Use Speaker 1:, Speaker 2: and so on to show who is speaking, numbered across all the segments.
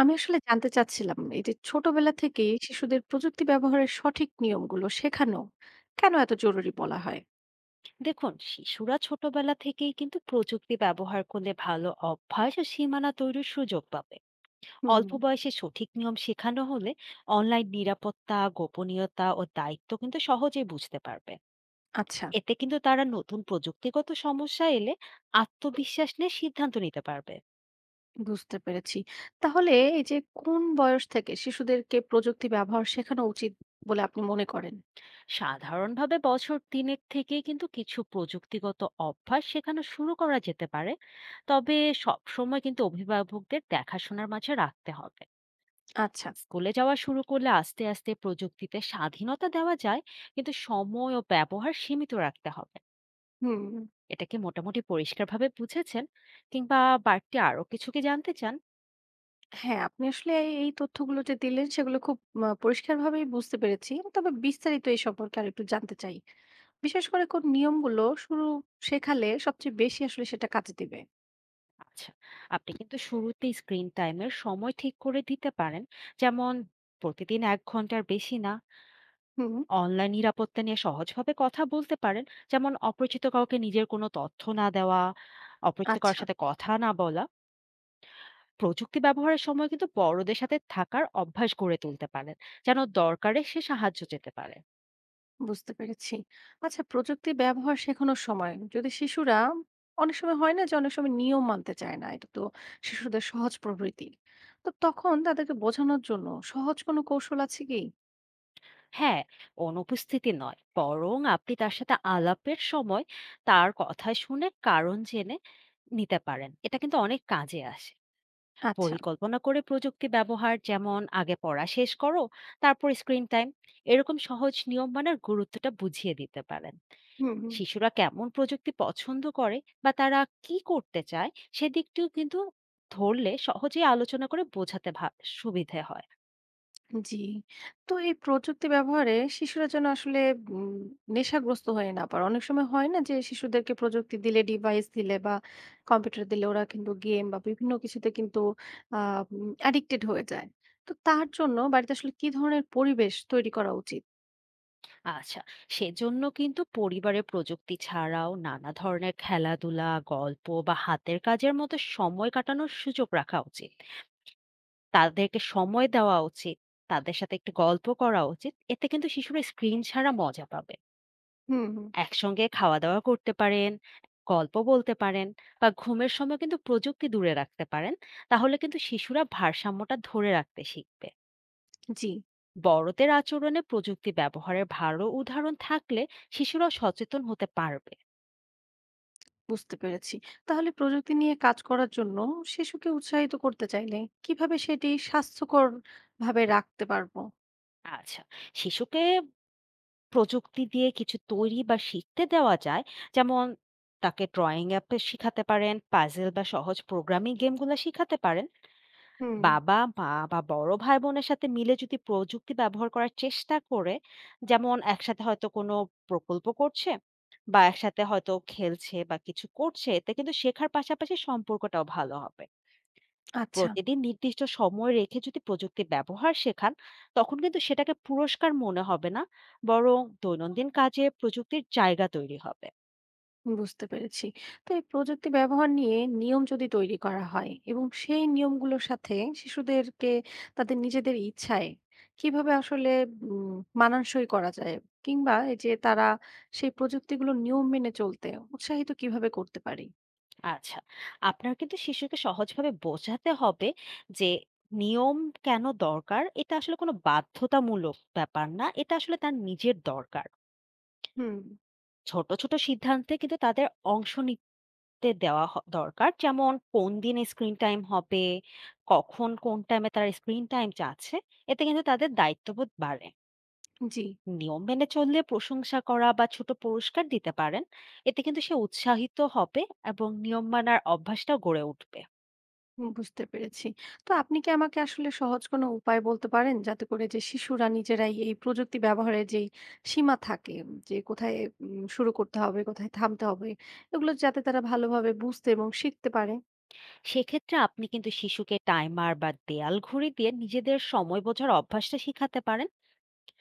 Speaker 1: আমি আসলে জানতে চাচ্ছিলাম এই যে ছোটবেলা থেকেই শিশুদের প্রযুক্তি ব্যবহারের সঠিক নিয়মগুলো শেখানো কেন এত জরুরি বলা হয়?
Speaker 2: দেখুন শিশুরা ছোটবেলা থেকেই কিন্তু প্রযুক্তি ব্যবহার করলে ভালো অভ্যাস ও সীমানা তৈরির সুযোগ পাবে
Speaker 1: হুম।
Speaker 2: অল্প বয়সে সঠিক নিয়ম শেখানো হলে অনলাইন নিরাপত্তা গোপনীয়তা ও দায়িত্ব কিন্তু সহজেই বুঝতে পারবে
Speaker 1: আচ্ছা।
Speaker 2: এতে কিন্তু তারা নতুন প্রযুক্তিগত সমস্যা এলে আত্মবিশ্বাস নিয়ে সিদ্ধান্ত নিতে পারবে
Speaker 1: বুঝতে পেরেছি। তাহলে এই যে কোন বয়স থেকে শিশুদেরকে প্রযুক্তি ব্যবহার শেখানো উচিত বলে আপনি মনে করেন?
Speaker 2: সাধারণভাবে বছর 3-এর থেকে কিন্তু কিছু প্রযুক্তিগত অভ্যাস শেখানো শুরু করা যেতে পারে তবে সবসময় কিন্তু অভিভাবকদের দেখাশোনার মাঝে রাখতে হবে
Speaker 1: আচ্ছা।
Speaker 2: স্কুলে যাওয়া শুরু করলে আস্তে আস্তে প্রযুক্তিতে স্বাধীনতা দেওয়া যায় কিন্তু সময় ও ব্যবহার সীমিত রাখতে হবে
Speaker 1: হুম।
Speaker 2: এটা কি মোটামুটি পরিষ্কারভাবে বুঝেছেন কিংবা বাড়তি আরো কিছু কি জানতে চান?
Speaker 1: হ্যাঁ, আপনি আসলে এই এই তথ্যগুলো যে দিলেন সেগুলো খুব পরিষ্কারভাবেই বুঝতে পেরেছি। তবে বিস্তারিত এই সম্পর্কে আর একটু জানতে চাই। বিশেষ করে কোন নিয়মগুলো শুরু শেখালে সবচেয়ে বেশি আসলে সেটা কাজে দিবে?
Speaker 2: আচ্ছা, আপনি কিন্তু শুরুতেই স্ক্রিন টাইমের সময় ঠিক করে দিতে পারেন, যেমন প্রতিদিন 1 ঘন্টার বেশি না।
Speaker 1: হুম।
Speaker 2: অনলাইন নিরাপত্তা নিয়ে সহজভাবে কথা বলতে পারেন, যেমন অপরিচিত কাউকে নিজের কোনো তথ্য না দেওয়া, অপরিচিত কারোর
Speaker 1: আচ্ছা।
Speaker 2: সাথে কথা না বলা। প্রযুক্তি ব্যবহারের সময় কিন্তু বড়দের সাথে থাকার অভ্যাস গড়ে তুলতে পারেন, যেন দরকারে সে সাহায্য যেতে পারে।
Speaker 1: বুঝতে পেরেছি। আচ্ছা, প্রযুক্তি ব্যবহার শেখানোর সময় যদি শিশুরা অনেক সময় হয় না যে অনেক সময় নিয়ম মানতে চায় না। এটা তো শিশুদের সহজ প্রবৃত্তি। তো তখন তাদেরকে বোঝানোর জন্য সহজ কোনো কৌশল আছে কি?
Speaker 2: হ্যাঁ, অনুপস্থিতি নয় বরং আপনি তার সাথে আলাপের সময় তার কথা শুনে কারণ জেনে নিতে পারেন, এটা কিন্তু অনেক কাজে আসে।
Speaker 1: আচ্ছা।
Speaker 2: পরিকল্পনা করে প্রযুক্তি ব্যবহার, যেমন আগে পড়া শেষ করো তারপর স্ক্রিন টাইম, এরকম সহজ নিয়ম মানার গুরুত্বটা বুঝিয়ে দিতে পারেন।
Speaker 1: হুম, হুম।
Speaker 2: শিশুরা কেমন প্রযুক্তি পছন্দ করে বা তারা কি করতে চায়, সেদিকটিও কিন্তু ধরলে সহজেই আলোচনা করে বোঝাতে সুবিধে হয়।
Speaker 1: জি। তো এই প্রযুক্তি ব্যবহারে শিশুরা যেন আসলে উম নেশাগ্রস্ত হয়ে না পারে। অনেক সময় হয় না যে শিশুদেরকে প্রযুক্তি দিলে, ডিভাইস দিলে বা কম্পিউটার দিলে ওরা কিন্তু গেম বা বিভিন্ন কিছুতে কিন্তু আ উম অ্যাডিক্টেড হয়ে যায়। তো তার জন্য বাড়িতে আসলে কি ধরনের পরিবেশ তৈরি করা উচিত?
Speaker 2: আচ্ছা, সেজন্য কিন্তু পরিবারে প্রযুক্তি ছাড়াও নানা ধরনের খেলাধুলা গল্প বা হাতের কাজের মতো সময় কাটানোর সুযোগ রাখা উচিত, তাদেরকে সময় দেওয়া উচিত, তাদের সাথে একটু গল্প করা উচিত, এতে কিন্তু শিশুরা স্ক্রিন ছাড়া মজা পাবে।
Speaker 1: হুম, হুম।
Speaker 2: একসঙ্গে খাওয়া-দাওয়া করতে পারেন, গল্প বলতে পারেন বা ঘুমের সময় কিন্তু প্রযুক্তি দূরে রাখতে পারেন। তাহলে কিন্তু শিশুরা ভারসাম্যটা ধরে রাখতে শিখবে।
Speaker 1: জি,
Speaker 2: বড়দের আচরণে প্রযুক্তি ব্যবহারের ভালো উদাহরণ থাকলে শিশুরাও সচেতন হতে পারবে।
Speaker 1: বুঝতে পেরেছি। তাহলে প্রযুক্তি নিয়ে কাজ করার জন্য শিশুকে উৎসাহিত করতে চাইলে কিভাবে সেটি স্বাস্থ্যকর ভাবে রাখতে পারবো?
Speaker 2: আচ্ছা, শিশুকে প্রযুক্তি দিয়ে কিছু তৈরি বা শিখতে দেওয়া যায়। যেমন তাকে ড্রয়িং অ্যাপ শিখাতে পারেন, পাজল বা সহজ প্রোগ্রামিং গেমগুলা শিখাতে পারেন।
Speaker 1: হুম।
Speaker 2: বাবা, মা বা বড় ভাই-বোনের সাথে মিলে যদি প্রযুক্তি ব্যবহার করার চেষ্টা করে, যেমন একসাথে হয়তো কোনো প্রকল্প করছে বা একসাথে হয়তো খেলছে বা কিছু করছে, এতে কিন্তু শেখার পাশাপাশি সম্পর্কটাও ভালো হবে।
Speaker 1: আচ্ছা।
Speaker 2: প্রতিদিন নির্দিষ্ট সময় রেখে যদি প্রযুক্তি ব্যবহার শেখান, তখন কিন্তু সেটাকে পুরস্কার মনে হবে না, বরং দৈনন্দিন কাজে প্রযুক্তির জায়গা তৈরি হবে।
Speaker 1: বুঝতে পেরেছি। তো এই প্রযুক্তি ব্যবহার নিয়ে নিয়ম যদি তৈরি করা হয় এবং সেই নিয়মগুলোর সাথে শিশুদেরকে তাদের নিজেদের ইচ্ছায় কিভাবে আসলে উম মানানসই করা যায়? কিংবা এই যে তারা সেই প্রযুক্তিগুলোর নিয়ম মেনে চলতে উৎসাহিত কিভাবে করতে পারি?
Speaker 2: আচ্ছা। আপনার কিন্তু শিশুকে সহজভাবে বোঝাতে হবে যে নিয়ম কেন দরকার? এটা আসলে কোনো বাধ্যতামূলক ব্যাপার না, এটা আসলে তার নিজের দরকার।
Speaker 1: হুম।
Speaker 2: ছোট, ছোট সিদ্ধান্তে কিন্তু তাদের অংশ নিতে দেওয়া দরকার। যেমন কোন দিন স্ক্রিন টাইম হবে, কখন কোন টাইমে তারা স্ক্রিন টাইম চাচ্ছে, এতে কিন্তু তাদের দায়িত্ববোধ বাড়ে।
Speaker 1: জি।
Speaker 2: নিয়ম মেনে চললে প্রশংসা করা বা ছোট পুরস্কার দিতে পারেন। এতে কিন্তু সে উৎসাহিত হবে এবং নিয়ম মানার অভ্যাসটাও গড়ে উঠবে।
Speaker 1: হুম, বুঝতে পেরেছি। তো আপনি কি আমাকে আসলে সহজ কোনো উপায় বলতে পারেন যাতে করে যে শিশুরা নিজেরাই এই প্রযুক্তি ব্যবহারের যেই সীমা থাকে, যে কোথায় শুরু করতে হবে, কোথায় থামতে হবে, এগুলো যাতে তারা ভালোভাবে বুঝতে এবং শিখতে পারে?
Speaker 2: সেক্ষেত্রে আপনি কিন্তু শিশুকে টাইমার বা দেয়াল ঘড়ি দিয়ে নিজেদের সময় বোঝার অভ্যাসটা শেখাতে পারেন।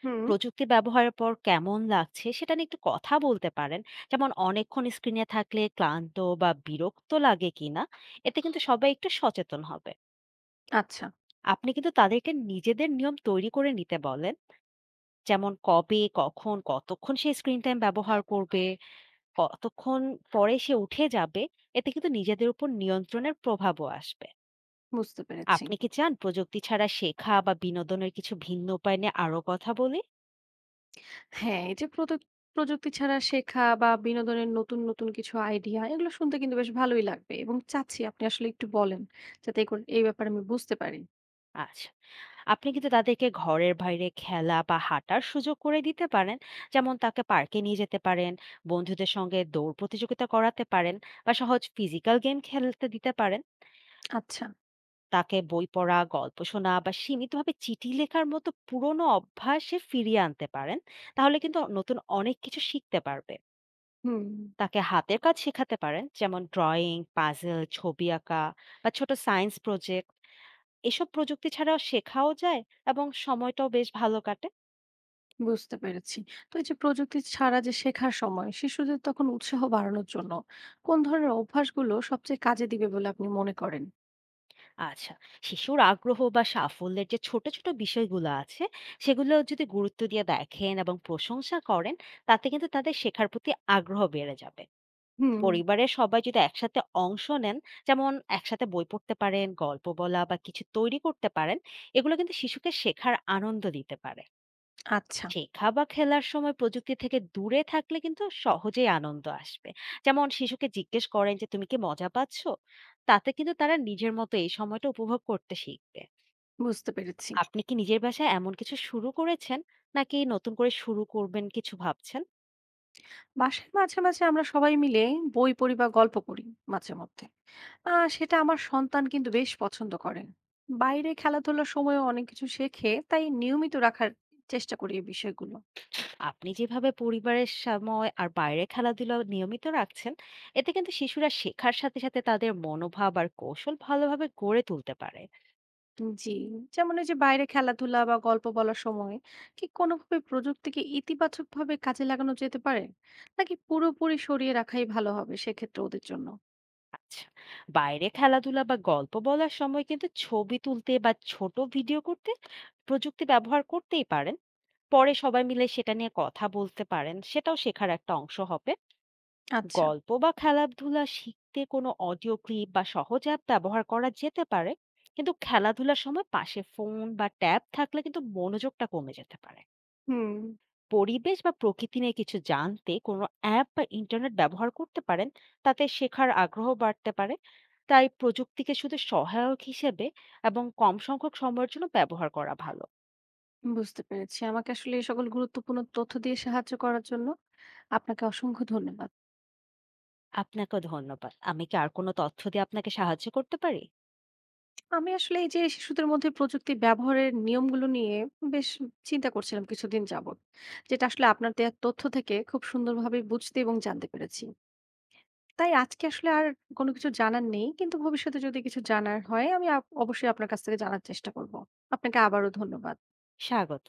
Speaker 1: হুম,
Speaker 2: প্রযুক্তি ব্যবহারের পর কেমন লাগছে সেটা নিয়ে একটু কথা বলতে পারেন, যেমন অনেকক্ষণ স্ক্রিনে থাকলে ক্লান্ত বা বিরক্ত লাগে কিনা, এতে কিন্তু সবাই একটু সচেতন হবে।
Speaker 1: আচ্ছা।
Speaker 2: আপনি কিন্তু তাদেরকে নিজেদের নিয়ম তৈরি করে নিতে বলেন, যেমন কবে কখন কতক্ষণ সে স্ক্রিন টাইম ব্যবহার করবে, কতক্ষণ পরে সে উঠে যাবে, এতে কিন্তু নিজেদের উপর নিয়ন্ত্রণের প্রভাবও আসবে।
Speaker 1: বুঝতে পেরেছি।
Speaker 2: আপনি কি চান প্রযুক্তি ছাড়া শেখা বা বিনোদনের কিছু ভিন্ন উপায় নিয়ে আরো কথা বলি?
Speaker 1: হ্যাঁ, এই যে প্রযুক্তি ছাড়া শেখা বা বিনোদনের নতুন, নতুন কিছু আইডিয়া, এগুলো শুনতে কিন্তু বেশ ভালোই লাগবে। এবং চাচ্ছি আপনি আসলে একটু বলেন যাতে এই করে এই ব্যাপারে আমি বুঝতে পারি।
Speaker 2: আচ্ছা। আপনি কিন্তু তাদেরকে ঘরের বাইরে খেলা বা হাঁটার সুযোগ করে দিতে পারেন। যেমন তাকে পার্কে নিয়ে যেতে পারেন, বন্ধুদের সঙ্গে দৌড় প্রতিযোগিতা করাতে পারেন বা সহজ ফিজিক্যাল গেম খেলতে দিতে পারেন।
Speaker 1: আচ্ছা,
Speaker 2: তাকে বই পড়া, গল্প শোনা বা সীমিতভাবে চিঠি লেখার মতো পুরনো অভ্যাসে ফিরিয়ে আনতে পারেন। তাহলে কিন্তু নতুন অনেক কিছু শিখতে পারবে।
Speaker 1: হুম।
Speaker 2: তাকে হাতের কাজ শেখাতে পারেন, যেমন ড্রয়িং, পাজল, ছবি আঁকা বা ছোট সায়েন্স প্রজেক্ট, এসব প্রযুক্তি ছাড়াও শেখাও যায় এবং সময়টাও বেশ ভালো কাটে।
Speaker 1: বুঝতে পেরেছি। তো এই যে প্রযুক্তি ছাড়া যে শেখার সময় শিশুদের তখন উৎসাহ বাড়ানোর জন্য কোন ধরনের অভ্যাসগুলো সবচেয়ে কাজে দিবে বলে আপনি মনে করেন?
Speaker 2: আচ্ছা, শিশুর আগ্রহ বা সাফল্যের যে ছোট ছোট বিষয়গুলো আছে, সেগুলো যদি গুরুত্ব দিয়ে দেখেন এবং প্রশংসা করেন, তাতে কিন্তু তাদের শেখার প্রতি আগ্রহ বেড়ে যাবে।
Speaker 1: হুম,
Speaker 2: পরিবারের সবাই যদি একসাথে অংশ নেন, যেমন একসাথে বই পড়তে পারেন, গল্প বলা বা কিছু তৈরি করতে পারেন, এগুলো কিন্তু শিশুকে শেখার আনন্দ দিতে পারে।
Speaker 1: আচ্ছা,
Speaker 2: শেখা বা খেলার সময় প্রযুক্তি থেকে দূরে থাকলে কিন্তু সহজেই আনন্দ আসবে, যেমন শিশুকে জিজ্ঞেস করেন যে তুমি কি মজা পাচ্ছ, তাতে কিন্তু তারা নিজের মতো এই সময়টা উপভোগ করতে শিখবে।
Speaker 1: বুঝতে পেরেছি।
Speaker 2: আপনি কি নিজের বাসায় এমন কিছু শুরু করেছেন নাকি নতুন করে শুরু করবেন কিছু ভাবছেন?
Speaker 1: বাসায় মাঝে, মাঝে আমরা সবাই মিলে বই পড়ি বা গল্প পড়ি মাঝে মধ্যে। আ সেটা আমার সন্তান কিন্তু বেশ পছন্দ করেন। বাইরে খেলাধুলার সময়ও অনেক কিছু শেখে, তাই নিয়মিত রাখার চেষ্টা করি এই বিষয়গুলো।
Speaker 2: আপনি যেভাবে পরিবারের সময় আর বাইরে খেলাধুলা নিয়মিত রাখছেন, এতে কিন্তু শিশুরা শেখার সাথে সাথে তাদের মনোভাব আর কৌশল ভালোভাবে গড়ে তুলতে পারে।
Speaker 1: জি, যেমন এই যে বাইরে খেলাধুলা বা গল্প বলার সময় কি কোনোভাবে প্রযুক্তিকে ইতিবাচকভাবে কাজে লাগানো যেতে পারে, নাকি পুরোপুরি সরিয়ে রাখাই ভালো হবে সেক্ষেত্রে ওদের জন্য?
Speaker 2: আচ্ছা, বাইরে খেলাধুলা বা গল্প বলার সময় কিন্তু ছবি তুলতে বা ছোট ভিডিও করতে প্রযুক্তি ব্যবহার করতেই পারেন। পরে সবাই মিলে সেটা নিয়ে কথা বলতে পারেন, সেটাও শেখার একটা অংশ হবে।
Speaker 1: আচ্ছা।
Speaker 2: গল্প বা খেলাধুলা শিখতে কোনো অডিও ক্লিপ বা সহজ অ্যাপ ব্যবহার করা যেতে পারে, কিন্তু খেলাধুলার সময় পাশে ফোন বা ট্যাব থাকলে কিন্তু মনোযোগটা কমে যেতে পারে।
Speaker 1: হুম।
Speaker 2: পরিবেশ বা প্রকৃতি নিয়ে কিছু জানতে কোনো অ্যাপ বা ইন্টারনেট ব্যবহার করতে পারেন, তাতে শেখার আগ্রহ বাড়তে পারে। তাই প্রযুক্তিকে শুধু সহায়ক হিসেবে এবং কম সংখ্যক সময়ের জন্য ব্যবহার করা ভালো।
Speaker 1: বুঝতে পেরেছি। আমাকে আসলে এই সকল গুরুত্বপূর্ণ তথ্য দিয়ে সাহায্য করার জন্য আপনাকে অসংখ্য ধন্যবাদ।
Speaker 2: আপনাকেও ধন্যবাদ। আমি কি আর কোনো তথ্য দিয়ে আপনাকে সাহায্য করতে পারি?
Speaker 1: আমি আসলে এই যে শিশুদের মধ্যে প্রযুক্তি ব্যবহারের নিয়মগুলো নিয়ে বেশ চিন্তা করছিলাম কিছুদিন যাবত, যেটা আসলে আপনার দেওয়ার তথ্য থেকে খুব সুন্দরভাবে বুঝতে এবং জানতে পেরেছি। তাই আজকে আসলে আর কোনো কিছু জানার নেই। কিন্তু ভবিষ্যতে যদি কিছু জানার হয় আমি অবশ্যই আপনার কাছ থেকে জানার চেষ্টা করব। আপনাকে আবারও ধন্যবাদ।
Speaker 2: স্বাগত।